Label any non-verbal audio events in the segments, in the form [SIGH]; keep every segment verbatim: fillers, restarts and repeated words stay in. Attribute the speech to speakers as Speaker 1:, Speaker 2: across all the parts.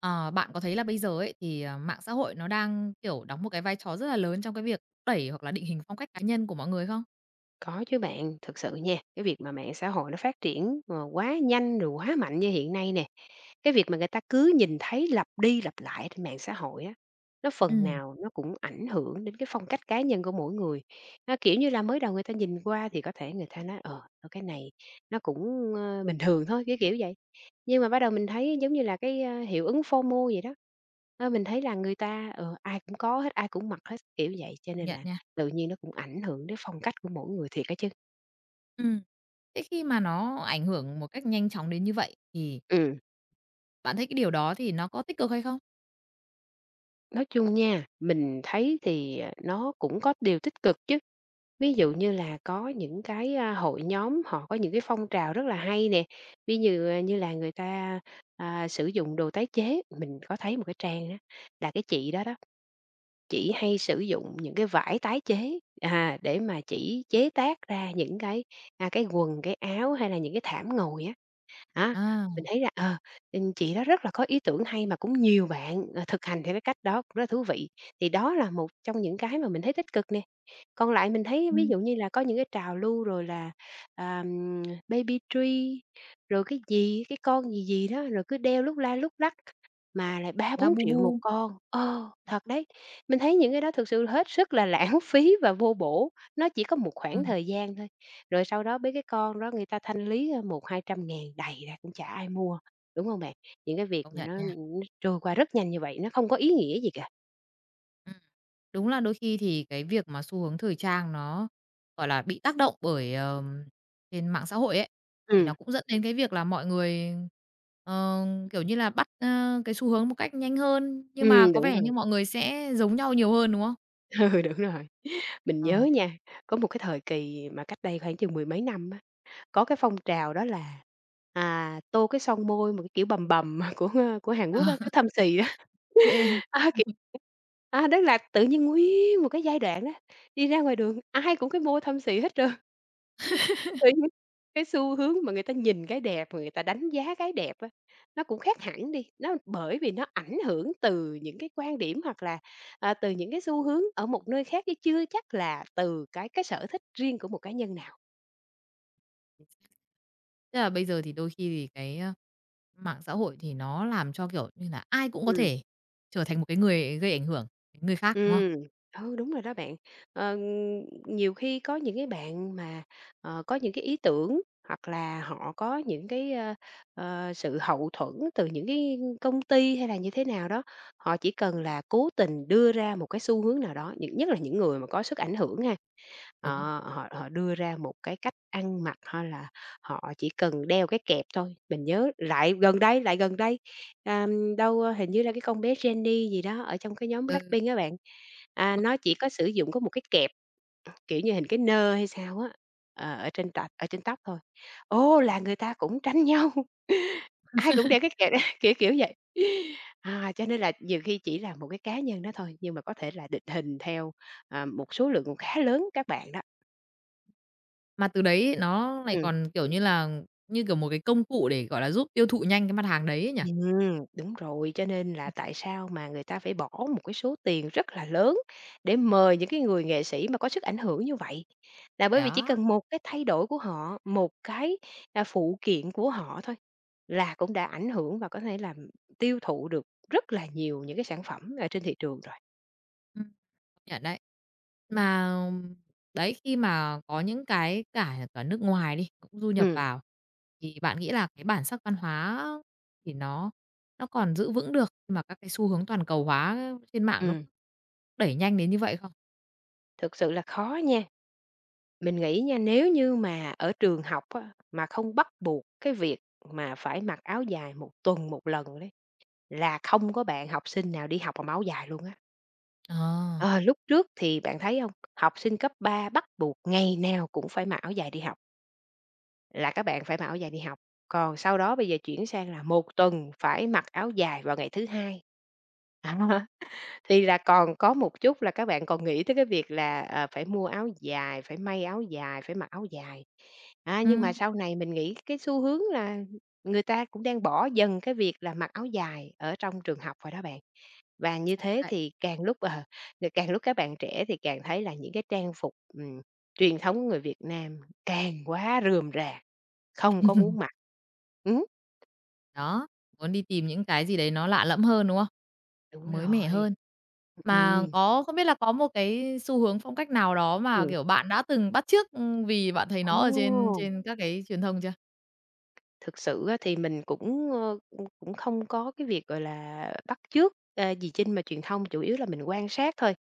Speaker 1: Ờ, Bạn có thấy là bây giờ ấy thì, ờ, mạng xã hội nó đang, kiểu, đóng một cái vai trò rất là lớn trong cái việc đẩy hoặc là định hình phong cách cá nhân của mọi người không?
Speaker 2: Có chứ bạn, thực sự nha, cái việc mà mạng xã hội nó phát triển, ờ, quá nhanh rồi quá mạnh như hiện nay nè, cái việc mà người ta cứ nhìn thấy lặp đi lặp lại trên mạng xã hội á, nó phần
Speaker 1: Ừm,
Speaker 2: nào nó cũng ảnh hưởng đến cái phong cách cá nhân của mỗi người. Nó, kiểu như là, mới đầu người ta nhìn qua thì có thể người ta nói, ờ, thôi cái này nó cũng, ơ, bình thường thôi, cái kiểu vậy. Nhưng mà bắt đầu mình thấy giống như là cái, a, hiệu ứng phô FOMO vậy đó, ơ, mình thấy là người ta, ờ, ai cũng có hết, ai cũng mặc hết, kiểu vậy, cho
Speaker 1: công
Speaker 2: nên
Speaker 1: nhận
Speaker 2: là
Speaker 1: nha.
Speaker 2: tự nhiên nó cũng ảnh hưởng đến phong cách của mỗi người thiệt á chứ.
Speaker 1: Ừm, thế khi mà nó ảnh hưởng một cách nhanh chóng đến như vậy thì
Speaker 2: Ừm,
Speaker 1: bạn thấy cái điều đó thì nó có tích cực hay không?
Speaker 2: nói chung nha, mình thấy thì, à, nó cũng có điều tích cực chứ. Ví dụ như là có những cái, a, hội nhóm họ có những cái phong trào rất là hay nè, ví như, a, như là người ta, à, sử dụng đồ tái chế, mình có thấy một cái trang á, là cái chị đó đó. Chị hay sử dụng những cái vải tái chế, à, để mà chỉ chế tác ra những cái, a, cái quần, cái áo hay là những cái thảm ngồi á. Đó,
Speaker 1: À,
Speaker 2: mình thấy là, ờ, ừm, chị đó rất là có ý tưởng hay mà cũng nhiều bạn, ờ, thực hành theo cái cách đó cũng rất là thú vị. Thì đó là một trong những cái mà mình thấy tích cực nè. Còn lại mình thấy ví
Speaker 1: ừm,
Speaker 2: dụ như là có những cái trào lưu rồi là, ờm, baby tree, rồi cái gì, cái con gì gì đó, rồi cứ đeo lúc la lúc lắc mà lại ba
Speaker 1: la
Speaker 2: bốn
Speaker 1: bu
Speaker 2: triệu một
Speaker 1: bu.
Speaker 2: con. Ờ, thật đấy. Mình thấy những cái đó thực sự hết sức là [LAUGHS] lãng phí và vô bổ, nó chỉ có một khoảng
Speaker 1: Ừm,
Speaker 2: thời gian thôi. Rồi sau đó mấy cái con đó người ta thanh lý, ơ, một trăm nghìn-hai trăm nghìn đầy ra cũng chả ai mua, đúng không bạn? Những cái việc
Speaker 1: công
Speaker 2: mà
Speaker 1: nhận
Speaker 2: nó
Speaker 1: nha.
Speaker 2: nó trôi qua rất nhanh như vậy, nó không có ý nghĩa gì cả.
Speaker 1: Ừm. Đúng là đôi khi thì cái việc mà xu hướng thời trang nó, gọi là, bị tác động bởi, ờm, trên mạng xã hội ấy, thì nó
Speaker 2: Ừ,
Speaker 1: cũng dẫn đến cái việc là mọi người, ờ, kiểu như là, bắt, ơ, cái xu hướng một cách nhanh hơn, nhưng mà
Speaker 2: ừm,
Speaker 1: có
Speaker 2: đúng
Speaker 1: vẻ như
Speaker 2: rồi.
Speaker 1: mọi người sẽ giống nhau nhiều hơn, đúng không?
Speaker 2: [LAUGHS] Ừ, đúng rồi. Mình nhớ
Speaker 1: Ờ.
Speaker 2: nha, có một cái thời kỳ mà cách đây khoảng chừng mười mấy năm á, có cái phong trào đó là, à, tô cái son môi một cái kiểu bầm bầm [LAUGHS] của, ờ, của Hàn
Speaker 1: Ờ, ô
Speaker 2: Quốc á, cái
Speaker 1: [LAUGHS]
Speaker 2: thâm xì đó. À, kiểu à, đó là tự nhiên nguyên một cái giai đoạn đó đi ra ngoài đường ai cũng cái môi thâm sỉ hết trơn. [LAUGHS] Tự nhiên cái xu hướng mà người ta nhìn cái đẹp, người ta đánh giá cái đẹp á, nó cũng khác hẳn đi, nó bởi vì nó ảnh hưởng từ những cái quan điểm hoặc là, à, từ những cái xu hướng ở một nơi khác chứ chưa chắc là từ cái cái sở thích riêng của một cá nhân nào.
Speaker 1: Tức là bây giờ thì đôi khi thì cái, ơ, mạng xã hội thì nó làm cho, kiểu như là, ai cũng có
Speaker 2: Ừm.
Speaker 1: thể trở thành một cái người gây ảnh hưởng đến người khác, đúng không?
Speaker 2: Ừm, ừ, đúng rồi đó bạn. Ờ, nhiều khi có những cái bạn mà, ờ, có những cái ý tưởng hoặc là họ có những cái, ơ, ờ, sự hậu thuẫn từ những cái công ty hay là như thế nào đó, họ chỉ cần là cố tình đưa ra một cái xu hướng nào đó, những nhất là những người mà có sức ảnh hưởng ha.
Speaker 1: Đúng không?
Speaker 2: Ờ, họ họ đưa ra một cái cách ăn mặc hay là họ chỉ cần đeo cái kẹp thôi. Mình nhớ lại gần đây, lại gần đây, à, đâu, ơ, hình như là cái con bé Jennie gì đó ở trong cái nhóm
Speaker 1: Ừ.
Speaker 2: Blackpink á bạn, à, nó chỉ có sử dụng có một cái kẹp, kiểu như, hình cái nơ hay sao á, ờ, ở trên tạch ở trên tóc thôi. Ô, là người ta cũng tránh [LAUGHS] nhau, ai cũng đeo cái kẹp đó, [LAUGHS] kiểu kiểu vậy. À, cho nên là nhiều khi chỉ là một cái cá nhân đó thôi, nhưng mà có thể là định hình theo, à, một số lượng khá lớn các bạn đó.
Speaker 1: Mà từ đấy nó lại
Speaker 2: Ừ.
Speaker 1: còn, kiểu như là, như kiểu một cái công cụ để, gọi là, giúp tiêu thụ nhanh cái mặt hàng đấy ấy nhỉ?
Speaker 2: Ừm, đúng rồi, cho nên là tại sao mà người ta phải bỏ một cái số tiền rất là lớn để mời những cái người nghệ sĩ mà có sức ảnh hưởng như vậy. Là bởi vì chỉ
Speaker 1: Đó,
Speaker 2: cần một cái thay đổi của họ, một cái, à, phụ kiện của họ thôi là cũng đã ảnh hưởng và có thể làm tiêu thụ được rất là nhiều những cái sản phẩm ở trên thị trường rồi.
Speaker 1: ừm, công nhận đấy. Mà đấy, khi mà có những cái cả cả nước ngoài đi, cũng du nhập
Speaker 2: Ừ,
Speaker 1: vào, thì bạn nghĩ là cái bản sắc văn hóa thì nó nó còn giữ vững được khi mà các cái xu hướng toàn cầu hóa trên mạng nó
Speaker 2: ừm,
Speaker 1: đẩy nhanh đến như vậy không?
Speaker 2: thực sự là khó nha. Mình nghĩ nha, nếu như mà ở trường học á, mà không bắt buộc cái việc mà phải mặc áo dài một tuần một lần đấy, là không có bạn học sinh nào đi học mà máu dài luôn á.
Speaker 1: Ờ,
Speaker 2: Ờ, lúc trước thì bạn thấy không, học sinh cấp ba bắt buộc ngày nào cũng phải mặc áo dài đi học, là các bạn phải mặc áo dài đi học. Còn sau đó bây giờ chuyển sang là một tuần phải mặc áo dài vào ngày thứ Hai. [LAUGHS] Thì là còn có một chút là các bạn còn nghĩ tới cái việc là, ờ, phải mua áo dài, phải may áo dài, phải mặc áo dài. Á, nhưng mà
Speaker 1: ừm,
Speaker 2: sau này mình nghĩ cái xu hướng là người ta cũng đang bỏ dần cái việc là mặc áo dài ở trong trường học rồi đó bạn. Và như
Speaker 1: xác
Speaker 2: thế
Speaker 1: vậy.
Speaker 2: thì càng lúc, ờ, thì càng lúc các bạn trẻ thì càng thấy là những cái trang phục, ừm, truyền thống của người Việt Nam càng quá rườm rà, không có muốn mặc. Ừm,
Speaker 1: Đó, muốn đi tìm những cái gì đấy nó lạ lẫm hơn, đúng không?
Speaker 2: đúng
Speaker 1: Mới mẻ
Speaker 2: rồi.
Speaker 1: hơn. Mà
Speaker 2: Ừm,
Speaker 1: có không biết là có một cái xu hướng phong cách nào đó mà,
Speaker 2: ừm.
Speaker 1: kiểu, bạn đã từng bắt chước, ưm, vì bạn thấy nó ở trên
Speaker 2: Ồ!
Speaker 1: trên các cái truyền thông chưa?
Speaker 2: Thực sự á thì mình cũng, ơ, ưm, cũng không có cái việc, gọi là, bắt chước, ờ, gì trên mà truyền thông, chủ yếu là mình quan sát thôi.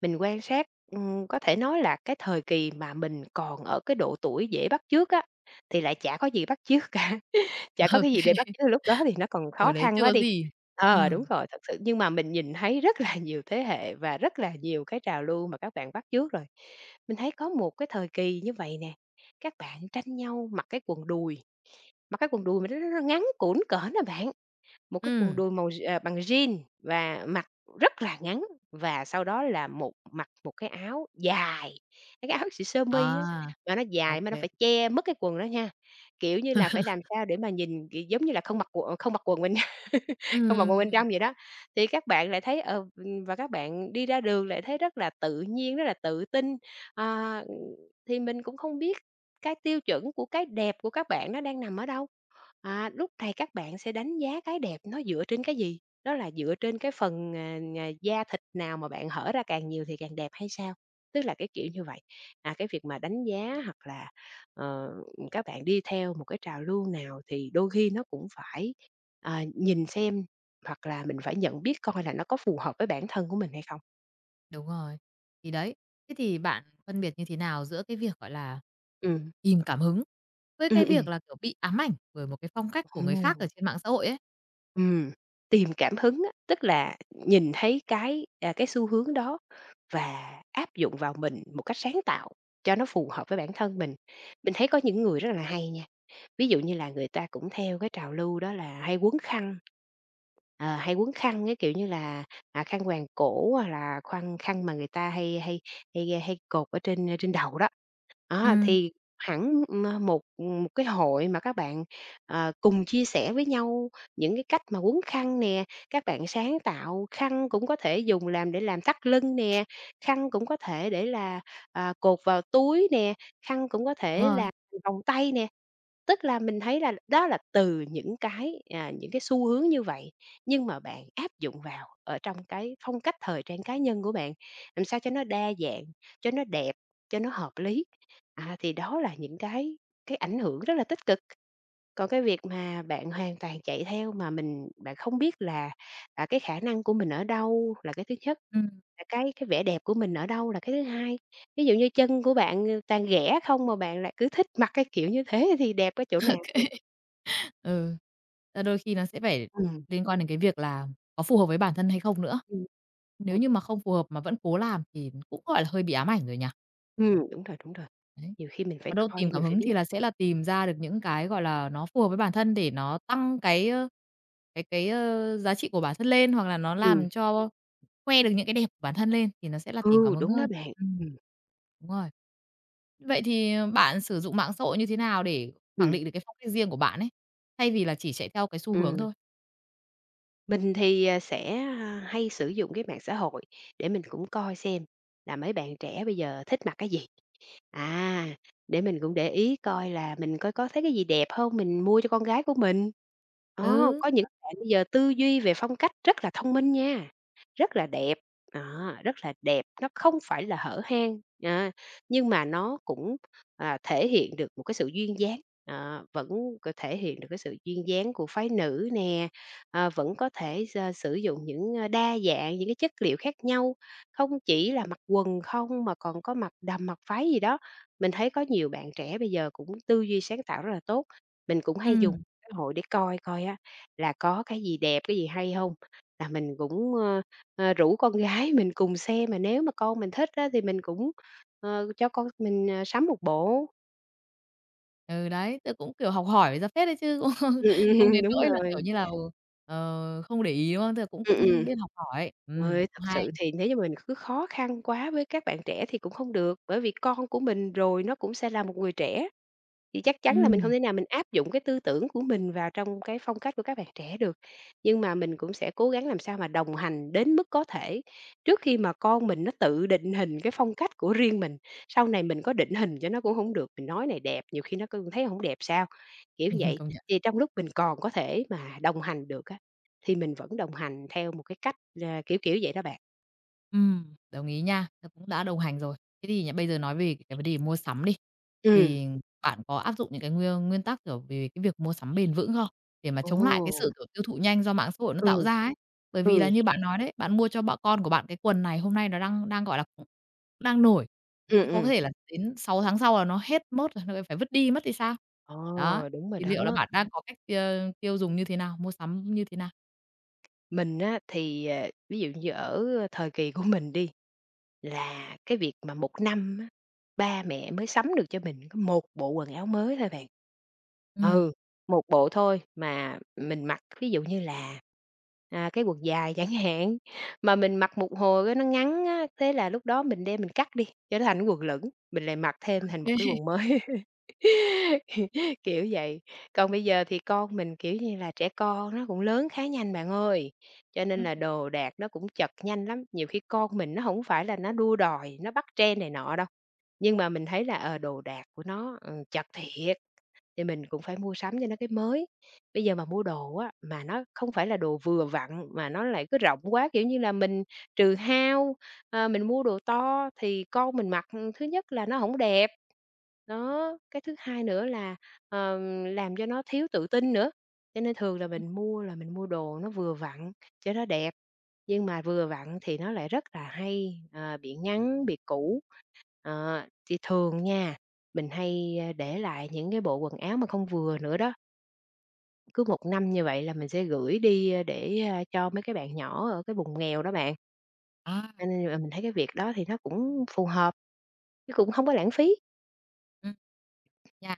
Speaker 2: Mình quan sát, ừm, có thể nói là cái thời kỳ mà mình còn ở cái độ tuổi dễ bắt chước á, thì lại chả có gì bắt chước cả. Chả có
Speaker 1: [LAUGHS] Ô
Speaker 2: cái gì để bắt
Speaker 1: kê,
Speaker 2: chước lúc đó thì nó còn
Speaker 1: hồi
Speaker 2: khó
Speaker 1: đấy
Speaker 2: khăn
Speaker 1: chưa
Speaker 2: quá
Speaker 1: có
Speaker 2: đi.
Speaker 1: gì.
Speaker 2: Ờ, đúng
Speaker 1: Ừm,
Speaker 2: rồi, thật sự nhưng mà mình nhìn thấy rất là nhiều thế hệ và rất là nhiều cái trào lưu mà các bạn bắt chước rồi. Mình thấy có một cái thời kỳ như vậy nè, các bạn tranh nhau mặc cái quần đùi, mặc cái quần đùi mà nó nó nó ngắn cũn cỡ à bạn. Một cái quần
Speaker 1: ừm,
Speaker 2: đùi màu à, bằng jean và mặc rất là ngắn và sau đó là một mặc một cái áo dài, cái áo xì sơ mi á,
Speaker 1: à,
Speaker 2: mà nó
Speaker 1: ô
Speaker 2: dài mà nó
Speaker 1: kê.
Speaker 2: phải che mất cái quần đó nha. Kiểu như là, phải làm sao để mà nhìn, kiểu, giống như là, không mặc quần không mặc quần bên [LAUGHS]
Speaker 1: Ừm,
Speaker 2: không mặc
Speaker 1: ừm,
Speaker 2: quần bên
Speaker 1: ừm,
Speaker 2: trong vậy đó. Thì các bạn lại thấy, ờ, ừ, và các bạn đi ra đường lại thấy rất là tự nhiên, rất là tự tin. Ờ, thì mình cũng không biết cái tiêu chuẩn của cái đẹp của các bạn nó đang nằm ở đâu. À, lúc này các bạn sẽ đánh giá cái đẹp nó dựa trên cái gì? Đó là dựa trên cái phần, à, à, da thịt nào mà bạn hở ra càng nhiều thì càng đẹp hay sao? Tức là cái kiểu như vậy. À, cái việc mà đánh giá hoặc là, ờ, các bạn đi theo một cái trào lưu nào thì đôi khi nó cũng phải, à, nhìn xem hoặc là mình phải nhận biết coi là nó có phù hợp với bản thân của mình hay không.
Speaker 1: đúng rồi. Thì đấy, thế thì bạn phân biệt như thế nào giữa cái việc, gọi là,
Speaker 2: Ừm,
Speaker 1: tìm cảm hứng với
Speaker 2: ừm,
Speaker 1: cái việc
Speaker 2: ừm.
Speaker 1: là, kiểu, bị ám ảnh bởi một cái phong cách của người khác ở trên mạng xã hội ấy?
Speaker 2: Ừm, tìm cảm hứng á, tức là nhìn thấy cái, à, cái xu hướng đó và áp dụng vào mình một cách sáng tạo cho nó phù hợp với bản thân mình. Mình thấy có những người rất là hay nha, ví dụ như là người ta cũng theo cái trào lưu đó là hay quấn khăn, ờ, hay quấn khăn cái kiểu như là, à, khăn quàng cổ hoặc là khăn khăn mà người ta hay hay hay hay cột ở trên, à, trên đầu đó. Á,
Speaker 1: Ừm,
Speaker 2: thì hẳn, ơ, một, một cái hội mà các bạn, ờ, cùng chia sẻ với nhau những cái cách mà quấn khăn nè, các bạn sáng tạo khăn cũng có thể dùng làm để làm thắt lưng nè, khăn cũng có thể để là, à, cột vào túi nè, khăn cũng có
Speaker 1: đúng
Speaker 2: thể
Speaker 1: rồi,
Speaker 2: làm vòng tay nè. Tức là mình thấy là đó là từ những cái, à, những cái xu hướng như vậy, nhưng mà bạn áp dụng vào ở trong cái phong cách thời trang cá nhân của bạn, làm sao cho nó đa dạng, cho nó đẹp, cho nó hợp lý. À, thì đó là những cái cái ảnh hưởng rất là tích cực. Còn cái việc mà bạn hoàn toàn chạy theo mà mình bạn không biết là, à, cái khả năng của mình ở đâu là cái thứ nhất,
Speaker 1: ừm.
Speaker 2: là cái cái vẻ đẹp của mình ở đâu là cái thứ hai. Ví dụ như chân của bạn, ờ, toàn ghẻ không mà bạn lại cứ thích mặc cái kiểu như thế thì đẹp cái chỗ nào được?
Speaker 1: Ừ, ờ, đôi khi nó sẽ phải
Speaker 2: Ừm,
Speaker 1: liên quan đến cái việc là có phù hợp với bản thân hay không nữa.
Speaker 2: ừm,
Speaker 1: Nếu
Speaker 2: đúng,
Speaker 1: như mà không phù hợp mà vẫn cố làm thì cũng, gọi là, hơi bị ám ảnh rồi nhỉ?
Speaker 2: ừm, đúng rồi, đúng rồi,
Speaker 1: Đấy.
Speaker 2: nhiều khi mình phải
Speaker 1: Ở đâu
Speaker 2: coi,
Speaker 1: tìm
Speaker 2: mình
Speaker 1: cảm
Speaker 2: phải
Speaker 1: hứng
Speaker 2: biết.
Speaker 1: thì là sẽ là tìm ra được những cái, gọi là, nó phù hợp với bản thân để nó tăng cái, ơ, cái cái, ơ, giá trị của bản thân lên, hoặc là nó
Speaker 2: Ừm,
Speaker 1: làm cho khoe được những cái đẹp của bản thân lên thì nó sẽ là tìm cảm
Speaker 2: ừ,
Speaker 1: hứng
Speaker 2: đúng
Speaker 1: hơn.
Speaker 2: đó bạn,
Speaker 1: Ừm,
Speaker 2: ừm,
Speaker 1: đúng rồi. Vậy thì ờ, bạn sử dụng mạng xã hội như thế nào để khẳng
Speaker 2: ừm,
Speaker 1: định được cái phong cách riêng của bạn ấy, thay vì là chỉ chạy theo cái xu hướng
Speaker 2: ừm.
Speaker 1: thôi?
Speaker 2: Mình thì, à, sẽ, a, hay sử dụng cái mạng xã hội để mình cũng coi xem là mấy bạn trẻ bây giờ thích mặc cái gì. À, để mình cũng để ý coi là mình coi có thấy cái gì đẹp không mình mua cho con gái của mình. Đó,
Speaker 1: Ừ.
Speaker 2: có những bạn bây giờ tư duy về phong cách rất là thông minh nha, rất là đẹp, đó, rất là đẹp, nó không phải là hở hang, à, nhưng mà nó cũng, à, thể hiện được một cái sự duyên dáng, ờ, vẫn c thể hiện được cái sự duyên dáng của phái nữ nè, ờ, vẫn có thể s à, sử dụng những, ơ, đa dạng, những cái chất liệu khác nhau, không chỉ là mặc quần không mà còn có mặc đầm, mặc váy gì đó. Mình thấy có nhiều bạn trẻ bây giờ cũng tư duy sáng tạo rất là tốt, mình cũng hay dùng
Speaker 1: Ừm,
Speaker 2: xã hội để coi coi á là có cái gì đẹp, cái gì hay không là mình cũng, ơ, ờ, rủ con gái [LAUGHS] mình cùng xem, mà nếu mà con mình thích á thì mình cũng, ờ, cho con mình, ờ, sắm một bộ.
Speaker 1: ừ, đấy, tớ cũng, kiểu, học hỏi ra phết đấy chứ, [LAUGHS] cũng không
Speaker 2: Ừm, ừm,
Speaker 1: không đến
Speaker 2: [LAUGHS] đúng
Speaker 1: nỗi là,
Speaker 2: rồi.
Speaker 1: kiểu như là, ừ, ờ, không để ý, đúng không? Tức là cũng
Speaker 2: Ừ,
Speaker 1: cũng
Speaker 2: ừ.
Speaker 1: biết học hỏi. Ừm,
Speaker 2: Ơi,
Speaker 1: cũng
Speaker 2: thật
Speaker 1: hay.
Speaker 2: sự thì nếu như mình cứ khó khăn quá với các bạn trẻ thì cũng không được, bởi vì con của mình rồi nó cũng sẽ là một người trẻ. Thì chắc chắn là mình không
Speaker 1: Ừm,
Speaker 2: thể nào mình áp dụng cái tư tưởng của mình vào trong cái phong cách của các bạn trẻ được, nhưng mà mình cũng sẽ cố gắng làm sao mà đồng hành đến mức có thể trước khi mà con mình nó tự định hình cái phong cách của riêng mình. Sau này mình có định hình cho nó cũng không được, mình nói này đẹp, nhiều khi nó cũng thấy không đẹp sao, kiểu
Speaker 1: [LAUGHS]
Speaker 2: vậy.
Speaker 1: công nhận.
Speaker 2: Thì trong lúc mình còn có thể mà đồng hành được á, thì mình vẫn đồng hành theo một cái cách, à, kiểu, kiểu vậy đó bạn.
Speaker 1: Ừm, đồng ý nha, nó cũng đã đồng hành rồi. Thế thì nhá, bây giờ nói về cái vấn đề mua sắm đi,
Speaker 2: Ừ.
Speaker 1: thì bạn có áp dụng những cái nguyên nguyên tắc, kiểu, về cái việc mua sắm bền vững không? Để mà chống lại cái
Speaker 2: Ồ,
Speaker 1: sự, kiểu, tiêu thụ nhanh do mạng xã hội nó
Speaker 2: ừ,
Speaker 1: tạo ra ấy. Bởi vì
Speaker 2: ừ,
Speaker 1: là như bạn nói đấy, bạn mua cho bọn con của bạn cái quần này hôm nay nó đang đang, gọi là, cũng đang nổi,
Speaker 2: ừ,
Speaker 1: nhưng có
Speaker 2: ừ.
Speaker 1: thể là đến sáu tháng sau là nó hết mốt rồi, nó lại phải vứt đi mất thì sao?
Speaker 2: Ờ,
Speaker 1: Đó,
Speaker 2: đúng rồi
Speaker 1: thì
Speaker 2: đó.
Speaker 1: liệu là bạn đang có cách, ơ, tiêu dùng như thế nào, mua sắm như thế nào?
Speaker 2: Mình á thì, ờ, ví dụ như ở thời kỳ của mình đi, là cái việc mà một năm á, ba mẹ mới sắm được cho mình có một bộ quần áo mới thôi bạn.
Speaker 1: Ừm.
Speaker 2: Ừ, một bộ thôi mà mình mặc ví dụ như là, à, cái quần dài chẳng hạn, mà mình mặc một hồi cái nó ngắn á, thế là lúc đó mình đem mình cắt đi cho nó thành cái quần lửng, mình lại mặc thêm thành một
Speaker 1: Ô
Speaker 2: cái quần mới. [LAUGHS] Kiểu vậy. Còn bây giờ thì con mình, kiểu như là, trẻ con nó cũng lớn khá nhanh bạn ơi, cho nên
Speaker 1: Ừm.
Speaker 2: là đồ đạc nó cũng chật nhanh lắm. Nhiều khi con mình nó không phải là nó đua đòi, nó bắt trend này nọ đâu, nhưng mà mình thấy là, ờ, đồ đạc của nó, ừ, chật thiệt thì mình cũng phải mua sắm cho nó cái mới. Bây giờ mà mua đồ á, mà nó không phải là đồ vừa vặn mà nó lại cứ rộng quá, kiểu như là, mình trừ hao, ờ, mình mua đồ to thì con mình mặc, ừ, thứ nhất là nó không đẹp, đó, cái thứ hai nữa là, ờ, làm cho nó thiếu tự tin nữa. Cho nên thường là mình mua là mình mua đồ nó vừa vặn cho nó đẹp, nhưng mà vừa vặn thì nó lại rất là hay, ờ, bị ngắn, bị cũ. Ờ, thì thường nha mình hay, a, để lại những cái bộ quần áo mà không vừa nữa đó, cứ một năm như vậy là mình sẽ gửi đi, a, để, a, cho mấy cái bạn nhỏ ở cái vùng nghèo đó bạn,
Speaker 1: À.
Speaker 2: cho nên là mình thấy cái việc đó thì nó cũng phù hợp, chứ cũng không có lãng phí.
Speaker 1: Ừm. Nha,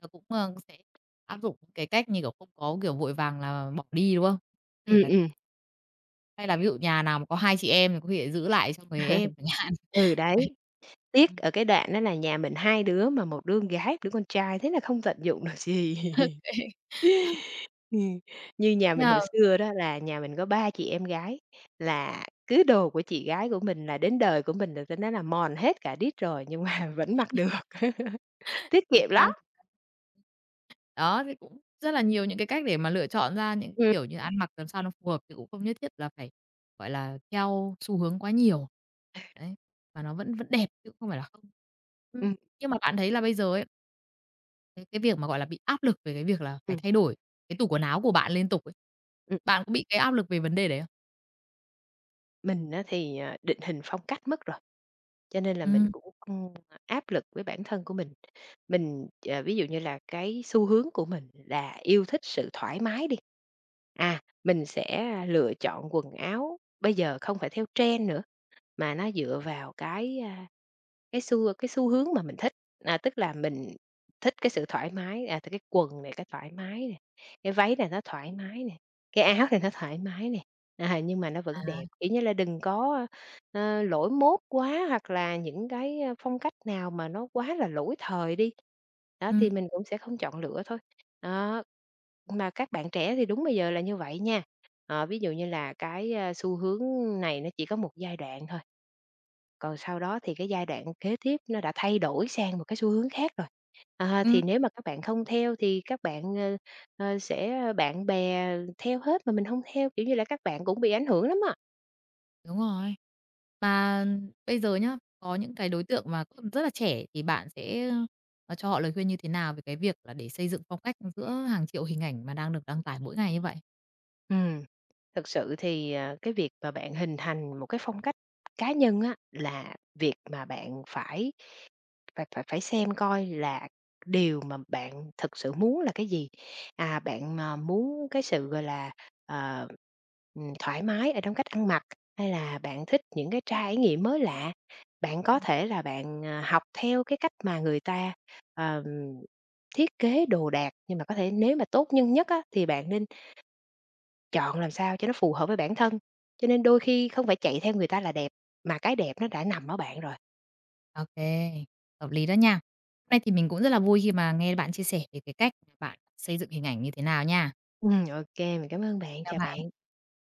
Speaker 1: tớ cũng, ơ, sẽ áp dụng cái cách như, kiểu, không có, kiểu, vội vàng là bỏ đi, đúng không? Có thể
Speaker 2: Ừm,
Speaker 1: là
Speaker 2: ừm.
Speaker 1: hay là ví dụ nhà nào mà có hai chị em thì có thể giữ lại cho người em
Speaker 2: [LAUGHS]
Speaker 1: chẳng hạn.
Speaker 2: Ừ, đấy, tiếc
Speaker 1: Ừm.
Speaker 2: ở cái đoạn đó là nhà mình hai đứa mà một đứa con gái, một đứa con trai, thế là không tận dụng được gì.
Speaker 1: [LAUGHS]
Speaker 2: Ừm, như nhà mình
Speaker 1: Nhờ
Speaker 2: hồi xưa đó là nhà mình có ba chị em gái, là cứ đồ của chị gái của mình là đến đời của mình là ta nói là mòn hết cả đít rồi nhưng mà [LAUGHS] vẫn mặc được, [LAUGHS] tiết
Speaker 1: chính
Speaker 2: kiệm
Speaker 1: xác,
Speaker 2: lắm.
Speaker 1: chính xác. Đó, thì cũng rất là nhiều những cái cách để mà lựa chọn ra những,
Speaker 2: Ừm,
Speaker 1: kiểu như, ăn mặc làm sao nó phù hợp chứ cũng không nhất thiết là phải, gọi là, theo xu hướng quá nhiều. Đấy, mà nó vẫn vẫn đẹp chứ không phải là không. Ừm,
Speaker 2: ừm,
Speaker 1: nhưng mà bạn thấy là bây giờ ấy Cái cái việc mà, gọi là, bị áp lực về cái việc là phải
Speaker 2: ừm,
Speaker 1: thay đổi cái tủ quần áo của bạn liên tục ấy,
Speaker 2: ừm.
Speaker 1: bạn có bị cái áp lực về vấn đề đấy không?
Speaker 2: Mình á thì, ờ, định hình phong cách mất rồi, cho nên là mình
Speaker 1: Ừm.
Speaker 2: cũng không áp lực với bản thân của mình. Mình, ờ, ví dụ như là cái xu hướng của mình là yêu thích sự thoải mái đi, à, mình sẽ lựa chọn quần áo bây giờ không phải theo trend nữa. Mà nó dựa vào cái, a, cái xu cái xu hướng mà mình thích, à, tức là mình thích cái sự thoải mái, à, thì cái quần này cái thoải mái này, cái váy này nó thoải mái này, cái áo này nó thoải mái này, à, nhưng mà nó vẫn
Speaker 1: À,
Speaker 2: đẹp, kiểu như là, đừng có, ơ, lỗi mốt quá hoặc là những cái, a, phong cách nào mà nó quá là lỗi thời đi. Đó, thì
Speaker 1: ừm,
Speaker 2: mình cũng sẽ không chọn lựa thôi. Đó, mà các bạn trẻ thì đúng bây giờ là như vậy nha. Ờ, ví dụ như là cái, a, xu hướng này nó chỉ có một giai đoạn thôi. Còn sau đó thì cái giai đoạn kế tiếp nó đã thay đổi sang một cái xu hướng khác rồi. À,
Speaker 1: ừm,
Speaker 2: thì nếu mà các bạn không theo thì các bạn, ờ, ờ, sẽ ờ, bạn bè theo hết mà mình không theo, kiểu như là, các bạn cũng bị ảnh hưởng lắm ạ.
Speaker 1: đúng rồi. Mà bây giờ nhá, có những cái đối tượng mà còn rất là trẻ thì bạn sẽ, ờ, cho họ lời khuyên như thế nào về cái việc là để xây dựng phong cách giữa hàng triệu hình ảnh mà đang được đăng tải mỗi ngày như vậy?
Speaker 2: Ừm, thực sự thì, ờ, cái việc mà bạn hình thành một cái phong cách cá nhân á, là việc mà bạn phải Phải phải phải xem coi là điều mà bạn thực sự muốn là cái gì. À, bạn, ờ, muốn cái sự, gọi là, ờ, ừm, thoải mái ở trong cách ăn mặc, hay là bạn thích những cái trải nghiệm mới lạ? Bạn có
Speaker 1: Ừm.
Speaker 2: thể là bạn, à, học theo cái cách mà người ta, ờm, thiết kế đồ đạc, nhưng mà có thể nếu mà tốt nhân nhất á, thì bạn nên chọn làm sao cho nó phù hợp với bản thân. Cho nên đôi khi không phải chạy theo người ta là đẹp, mà cái đẹp nó đã nằm ở bạn rồi.
Speaker 1: Ô kê, hợp lý đó nha. Hôm nay thì mình cũng rất là vui khi mà nghe bạn chia sẻ về cái cách mà bạn xây dựng hình ảnh như thế nào nha.
Speaker 2: Ừm, ô mình cảm ơn bạn,
Speaker 1: Chào
Speaker 2: chào
Speaker 1: bạn.
Speaker 2: bạn.